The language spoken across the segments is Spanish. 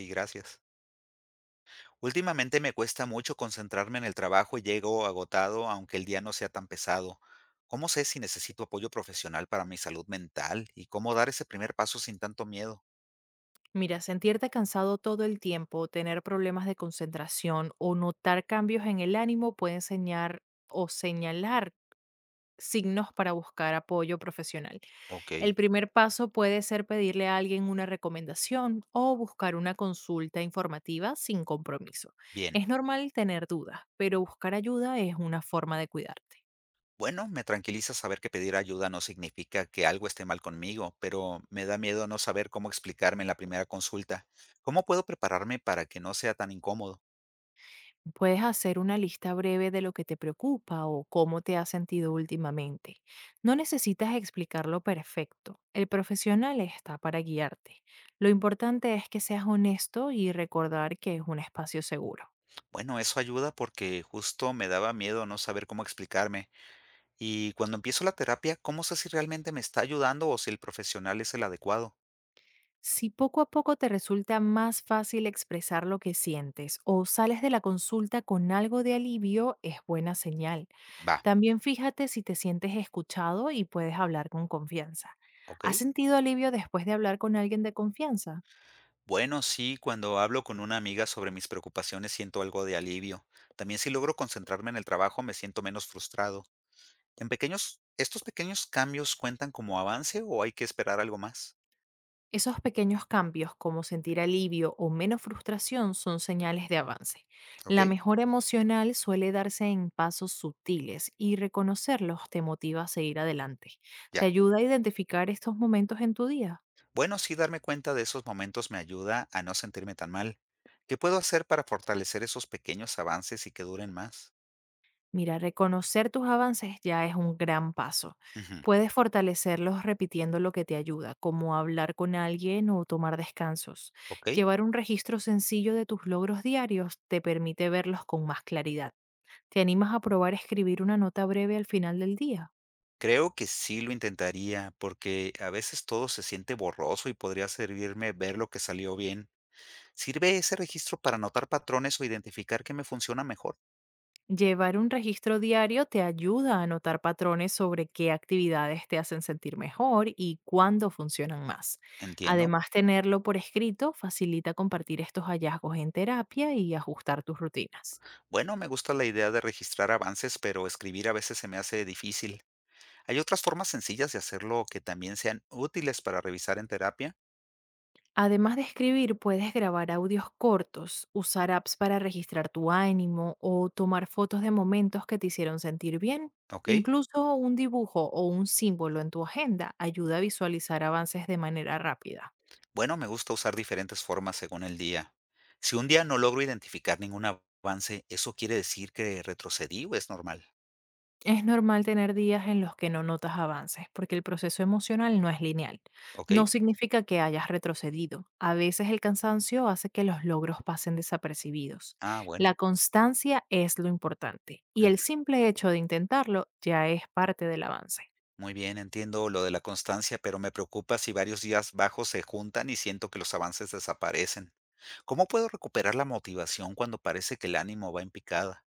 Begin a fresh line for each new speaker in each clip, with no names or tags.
Y gracias. Últimamente me cuesta mucho concentrarme en el trabajo y llego agotado, aunque el día no sea tan pesado. ¿Cómo sé si necesito apoyo profesional para mi salud mental y cómo dar ese primer paso sin tanto miedo?
Mira, sentirte cansado todo el tiempo, tener problemas de concentración o notar cambios en el ánimo puede enseñar o señalar signos para buscar apoyo profesional.
Ok,
El primer paso puede ser pedirle a alguien una recomendación o buscar una consulta informativa sin compromiso.
bien.
Es normal tener dudas, pero buscar ayuda es una forma de cuidarte.
Bueno, me tranquiliza saber que pedir ayuda no significa que algo esté mal conmigo, pero me da miedo no saber cómo explicarme en la primera consulta. ¿Cómo puedo prepararme para que no sea tan incómodo?
Puedes hacer una lista breve de lo que te preocupa o cómo te has sentido últimamente. No necesitas explicarlo perfecto. El profesional está para guiarte. Lo importante es que seas honesto y recordar que es un espacio seguro.
Bueno, eso ayuda porque justo me daba miedo no saber cómo explicarme. Y cuando empiezo la terapia, ¿cómo sé si realmente me está ayudando o si el profesional es el adecuado?
Si poco a poco te resulta más fácil expresar lo que sientes o sales de la consulta con algo de alivio, es buena señal.
Va,
También fíjate si te sientes escuchado y puedes hablar con confianza.
¿ok?
¿Has sentido alivio después de hablar con alguien de confianza?
Bueno, sí, cuando hablo con una amiga sobre mis preocupaciones siento algo de alivio. También si logro concentrarme en el trabajo me siento menos frustrado. ¿Estos pequeños cambios cuentan como avance o hay que esperar algo más?
Esos pequeños cambios, como sentir alivio o menos frustración, son señales de avance.
¿Ok?
La mejora emocional suele darse en pasos sutiles y reconocerlos te motiva a seguir adelante. Te
Ya.
ayuda a identificar estos momentos en tu día.
Bueno, sí, darme cuenta de esos momentos me ayuda a no sentirme tan mal. ¿Qué puedo hacer para fortalecer esos pequeños avances y que duren más?
Mira, reconocer tus avances ya es un gran paso.
Ujú.
Puedes fortalecerlos repitiendo lo que te ayuda, como hablar con alguien o tomar descansos.
¿Ok?
Llevar un registro sencillo de tus logros diarios te permite verlos con más claridad. ¿Te animas a probar escribir una nota breve al final del día?
Creo que sí lo intentaría, porque a veces todo se siente borroso y podría servirme ver lo que salió bien. ¿Sirve ese registro para notar patrones o identificar qué me funciona mejor?
Llevar un registro diario te ayuda a notar patrones sobre qué actividades te hacen sentir mejor y cuándo funcionan más.
Entiendo.
Además, tenerlo por escrito facilita compartir estos hallazgos en terapia y ajustar tus rutinas.
Bueno, me gusta la idea de registrar avances, pero escribir a veces se me hace difícil. ¿Hay otras formas sencillas de hacerlo que también sean útiles para revisar en terapia?
Además de escribir, puedes grabar audios cortos, usar apps para registrar tu ánimo o tomar fotos de momentos que te hicieron sentir bien.
¿Ok?
Incluso un dibujo o un símbolo en tu agenda ayuda a visualizar avances de manera rápida.
Bueno, me gusta usar diferentes formas según el día. Si un día no logro identificar ningún avance, ¿eso quiere decir que retrocedí o es normal?
Es normal tener días en los que no notas avances, porque el proceso emocional no es lineal.
¿Ok?
No significa que hayas retrocedido. A veces el cansancio hace que los logros pasen desapercibidos.
Ah, bueno.
La constancia es lo importante, y el
Ujú.
simple hecho de intentarlo ya es parte del avance.
Muy bien, entiendo lo de la constancia, pero me preocupa si varios días bajos se juntan y siento que los avances desaparecen. ¿Cómo puedo recuperar la motivación cuando parece que el ánimo va en picada?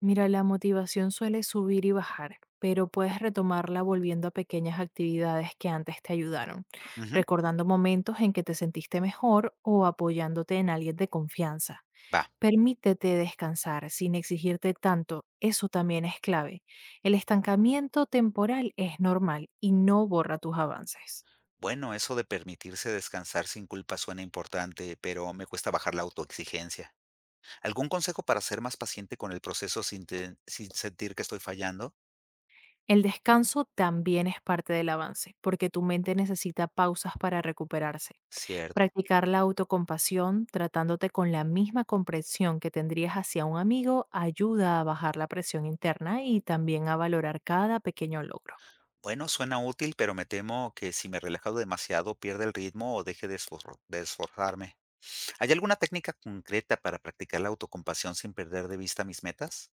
Mira, la motivación suele subir y bajar, pero puedes retomarla volviendo a pequeñas actividades que antes te ayudaron,
Ujú.
recordando momentos en que te sentiste mejor o apoyándote en alguien de confianza.
Va.
Permítete descansar sin exigirte tanto, eso también es clave. El estancamiento temporal es normal y no borra tus avances.
Bueno, eso de permitirse descansar sin culpa suena importante, pero me cuesta bajar la autoexigencia. ¿Algún consejo para ser más paciente con el proceso sin, sin sentir que estoy fallando?
El descanso también es parte del avance, porque tu mente necesita pausas para recuperarse.
Cierto.
Practicar la autocompasión, tratándote con la misma comprensión que tendrías hacia un amigo, ayuda a bajar la presión interna y también a valorar cada pequeño logro.
Bueno, suena útil, pero me temo que si me relajo demasiado pierde el ritmo o deje de esforzarme. ¿Hay alguna técnica concreta para practicar la autocompasión sin perder de vista mis metas?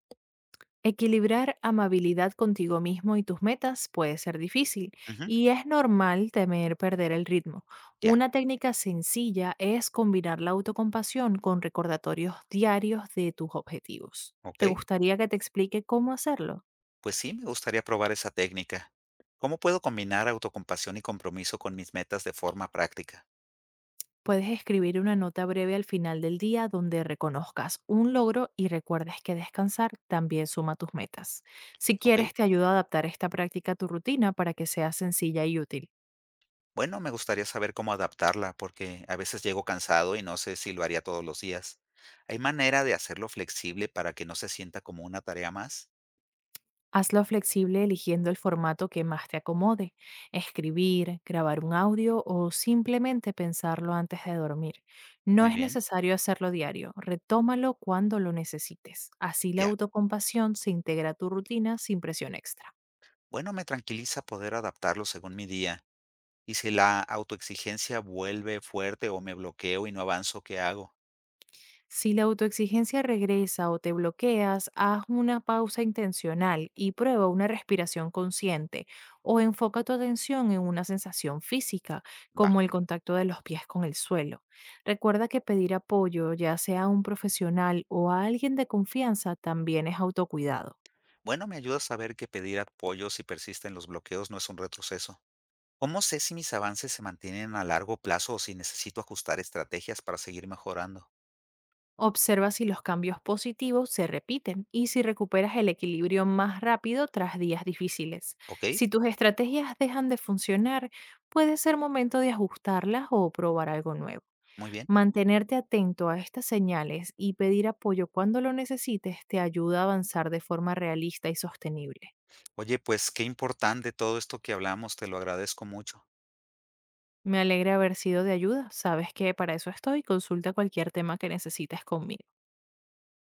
Equilibrar amabilidad contigo mismo y tus metas puede ser difícil
Ujú.
y es normal temer perder el ritmo.
Ya,
Una técnica sencilla es combinar la autocompasión con recordatorios diarios de tus objetivos.
ok.
¿Te gustaría que te explique cómo hacerlo?
Pues sí, me gustaría probar esa técnica. ¿Cómo puedo combinar autocompasión y compromiso con mis metas de forma práctica?
Puedes escribir una nota breve al final del día donde reconozcas un logro y recuerdes que descansar también suma tus metas. Si
Ok.
quieres, te ayudo a adaptar esta práctica a tu rutina para que sea sencilla y útil.
Bueno, me gustaría saber cómo adaptarla porque a veces llego cansado y no sé si lo haría todos los días. ¿Hay manera de hacerlo flexible para que no se sienta como una tarea más?
Hazlo flexible eligiendo el formato que más te acomode, escribir, grabar un audio o simplemente pensarlo antes de dormir. No
Muy
es
bien.
necesario hacerlo diario, retómalo cuando lo necesites. Así la
Ya.
autocompasión se integra a tu rutina sin presión extra.
Bueno, me tranquiliza poder adaptarlo según mi día. Y si la autoexigencia vuelve fuerte o me bloqueo y no avanzo, ¿qué hago?
Si la autoexigencia regresa o te bloqueas, haz una pausa intencional y prueba una respiración consciente o enfoca tu atención en una sensación física,
Va.
como el contacto de los pies con el suelo. Recuerda que pedir apoyo, ya sea a un profesional o a alguien de confianza, también es autocuidado.
Bueno, me ayuda a saber que pedir apoyo si persisten los bloqueos no es un retroceso. ¿Cómo sé si mis avances se mantienen a largo plazo o si necesito ajustar estrategias para seguir mejorando?
Observa si los cambios positivos se repiten y si recuperas el equilibrio más rápido tras días difíciles.
¿Ok?
Si tus estrategias dejan de funcionar, puede ser momento de ajustarlas o probar algo nuevo.
Muy bien.
Mantenerte atento a estas señales y pedir apoyo cuando lo necesites te ayuda a avanzar de forma realista y sostenible.
Oye, pues qué importante todo esto que hablamos, te lo agradezco mucho.
Me alegra haber sido de ayuda. Sabes que para eso estoy. Consulta cualquier tema que necesites conmigo.